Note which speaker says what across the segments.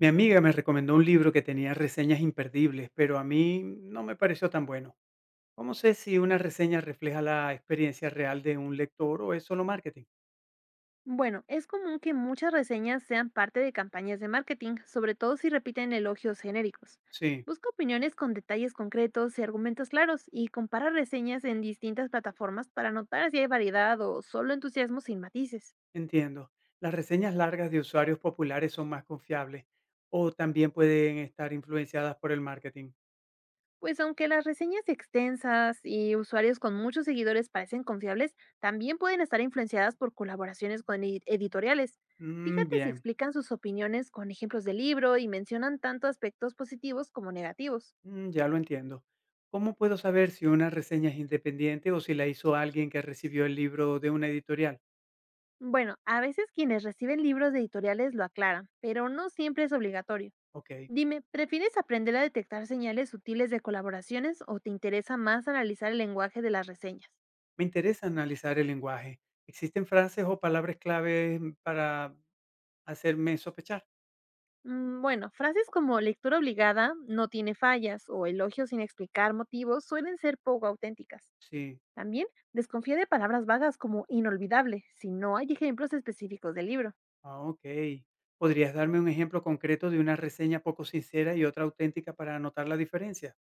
Speaker 1: Mi amiga me recomendó un libro que tenía reseñas imperdibles, pero a mí no me pareció tan bueno. ¿Cómo sé si una reseña refleja la experiencia real de un lector o es solo marketing?
Speaker 2: Bueno, es común que muchas reseñas sean parte de campañas de marketing, sobre todo si repiten elogios genéricos.
Speaker 1: Sí,
Speaker 2: Busca opiniones con detalles concretos y argumentos claros y compara reseñas en distintas plataformas para notar si hay variedad o solo entusiasmo sin matices.
Speaker 1: entiendo. Las reseñas largas de usuarios populares son más confiables o también pueden estar influenciadas por el marketing.
Speaker 2: Pues aunque las reseñas extensas y usuarios con muchos seguidores parecen confiables, también pueden estar influenciadas por colaboraciones con editoriales.
Speaker 1: Mm,
Speaker 2: Fíjate si
Speaker 1: bien.
Speaker 2: explican sus opiniones con ejemplos de libro y mencionan tanto aspectos positivos como negativos.
Speaker 1: Mm, ya lo entiendo. ¿Cómo puedo saber si una reseña es independiente o si la hizo alguien que recibió el libro de una editorial?
Speaker 2: Bueno, a veces quienes reciben libros de editoriales lo aclaran, pero no siempre es obligatorio.
Speaker 1: Ok.
Speaker 2: Dime, ¿prefieres aprender a detectar señales sutiles de colaboraciones o te interesa más analizar el lenguaje de las reseñas?
Speaker 1: Me interesa analizar el lenguaje. ¿Existen frases o palabras clave para hacerme sospechar?
Speaker 2: Bueno, frases como lectura obligada, no tiene fallas o elogios sin explicar motivos suelen ser poco auténticas.
Speaker 1: Sí.
Speaker 2: También desconfía de palabras vagas como inolvidable si no hay ejemplos específicos del libro.
Speaker 1: Ah, ok. ¿Podrías darme un ejemplo concreto de una reseña poco sincera y otra auténtica para notar la diferencia?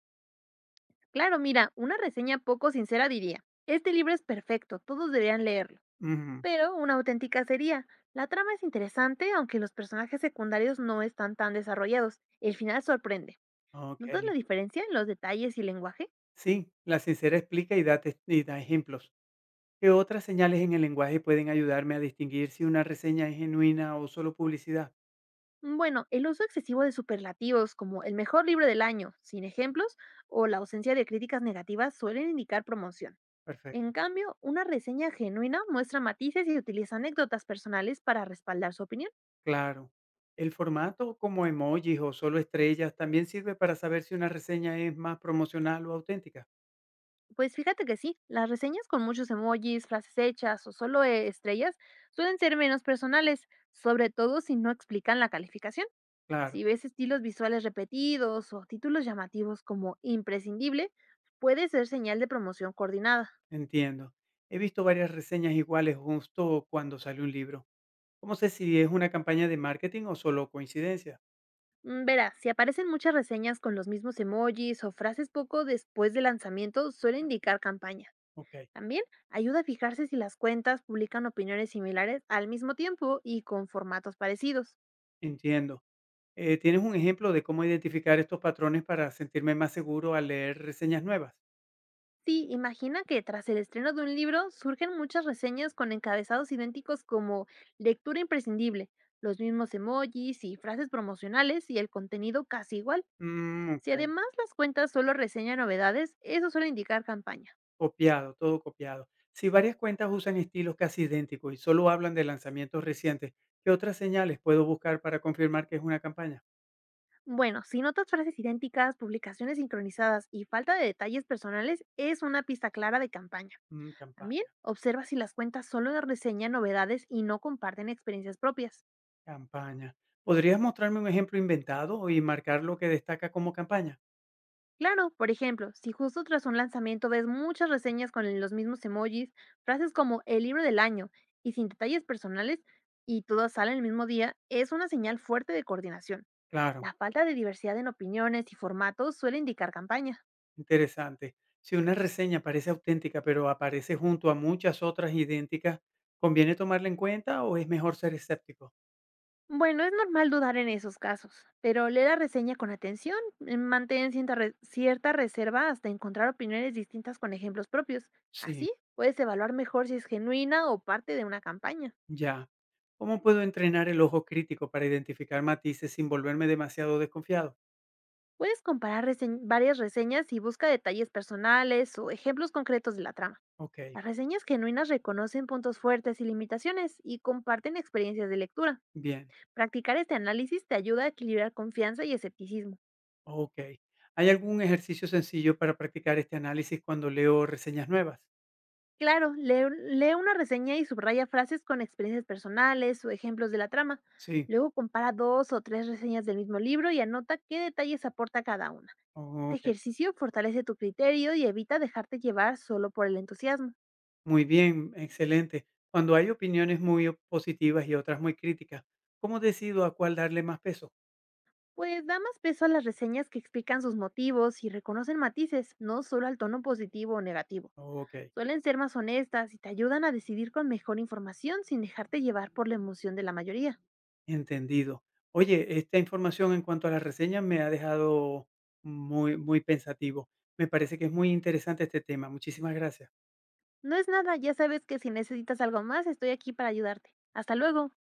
Speaker 2: Claro, mira, una reseña poco sincera diría, este libro es perfecto, todos deberían leerlo,
Speaker 1: Ujú.
Speaker 2: pero una auténtica sería: la trama es interesante, aunque los personajes secundarios no están tan desarrollados. El final sorprende.
Speaker 1: Ok.
Speaker 2: ¿Notas la diferencia en los detalles y lenguaje?
Speaker 1: Sí, la sincera explica y da, y da ejemplos. ¿Qué otras señales en el lenguaje pueden ayudarme a distinguir si una reseña es genuina o solo publicidad?
Speaker 2: Bueno, el uso excesivo de superlativos como el mejor libro del año, sin ejemplos, o la ausencia de críticas negativas suelen indicar promoción. En
Speaker 1: Perfecto.
Speaker 2: cambio, una reseña genuina muestra matices y utiliza anécdotas personales para respaldar su opinión.
Speaker 1: Claro. El formato como emojis o solo estrellas también sirve para saber si una reseña es más promocional o auténtica.
Speaker 2: Pues fíjate que sí, las reseñas con muchos emojis, frases hechas o solo estrellas suelen ser menos personales, sobre todo si no explican la calificación.
Speaker 1: Claro,
Speaker 2: Si ves estilos visuales repetidos o títulos llamativos como imprescindible, puede ser señal de promoción coordinada.
Speaker 1: entiendo. He visto varias reseñas iguales justo cuando sale un libro. ¿Cómo sé si es una campaña de marketing o solo coincidencia?
Speaker 2: Verás, si aparecen muchas reseñas con los mismos emojis o frases poco después del lanzamiento, suele indicar campaña.
Speaker 1: Ok,
Speaker 2: También ayuda a fijarse si las cuentas publican opiniones similares al mismo tiempo y con formatos parecidos.
Speaker 1: entiendo. ¿Tienes un ejemplo de cómo identificar estos patrones para sentirme más seguro al leer reseñas nuevas?
Speaker 2: Sí, imagina que tras el estreno de un libro surgen muchas reseñas con encabezados idénticos como lectura imprescindible, los mismos emojis y frases promocionales y el contenido casi igual.
Speaker 1: Mm,
Speaker 2: Si
Speaker 1: ok.
Speaker 2: además las cuentas solo reseñan novedades, eso suele indicar campaña.
Speaker 1: Copiado, todo copiado. Si varias cuentas usan estilos casi idénticos y solo hablan de lanzamientos recientes, ¿qué otras señales puedo buscar para confirmar que es una campaña?
Speaker 2: Bueno, si notas frases idénticas, publicaciones sincronizadas y falta de detalles personales, es una pista clara de campaña.
Speaker 1: Mm,
Speaker 2: También
Speaker 1: campaña,
Speaker 2: observa si las cuentas solo reseñan novedades y no comparten experiencias propias.
Speaker 1: campaña. ¿Podrías mostrarme un ejemplo inventado y marcar lo que destaca como campaña?
Speaker 2: Claro, por ejemplo, si justo tras un lanzamiento ves muchas reseñas con los mismos emojis, frases como el libro del año y sin detalles personales y todas salen el mismo día, es una señal fuerte de coordinación.
Speaker 1: Claro,
Speaker 2: La falta de diversidad en opiniones y formatos suele indicar campaña.
Speaker 1: interesante. Si una reseña parece auténtica pero aparece junto a muchas otras idénticas, ¿conviene tomarla en cuenta o es mejor ser escéptico?
Speaker 2: Bueno, es normal dudar en esos casos, pero lee la reseña con atención, mantén cierta reserva hasta encontrar opiniones distintas con ejemplos propios.
Speaker 1: Sí,
Speaker 2: Así puedes evaluar mejor si es genuina o parte de una campaña.
Speaker 1: ya. ¿Cómo puedo entrenar el ojo crítico para identificar matices sin volverme demasiado desconfiado?
Speaker 2: Puedes comparar varias reseñas y busca detalles personales o ejemplos concretos de la trama.
Speaker 1: Okey,
Speaker 2: Las reseñas genuinas reconocen puntos fuertes y limitaciones y comparten experiencias de lectura.
Speaker 1: bien,
Speaker 2: Practicar este análisis te ayuda a equilibrar confianza y escepticismo.
Speaker 1: okey. ¿Hay algún ejercicio sencillo para practicar este análisis cuando leo reseñas nuevas?
Speaker 2: Claro, lee, lee una reseña y subraya frases con experiencias personales o ejemplos de la trama.
Speaker 1: Sí,
Speaker 2: Luego compara dos o tres reseñas del mismo libro y anota qué detalles aporta cada una. Este
Speaker 1: okey,
Speaker 2: ejercicio fortalece tu criterio y evita dejarte llevar solo por el entusiasmo.
Speaker 1: muy bien, excelente. Cuando hay opiniones muy o positivas y otras muy críticas, ¿cómo decido a cuál darle más peso?
Speaker 2: Pues da más peso a las reseñas que explican sus motivos y reconocen matices, no solo al tono positivo o negativo.
Speaker 1: Okey,
Speaker 2: Suelen ser más honestas y te ayudan a decidir con mejor información sin dejarte llevar por la emoción de la mayoría.
Speaker 1: entendido. Oye, esta información en cuanto a las reseñas me ha dejado muy, muy pensativo. Me parece que es muy interesante este tema. Muchísimas gracias.
Speaker 2: No es nada, ya sabes que si necesitas algo más, estoy aquí para ayudarte. Hasta luego.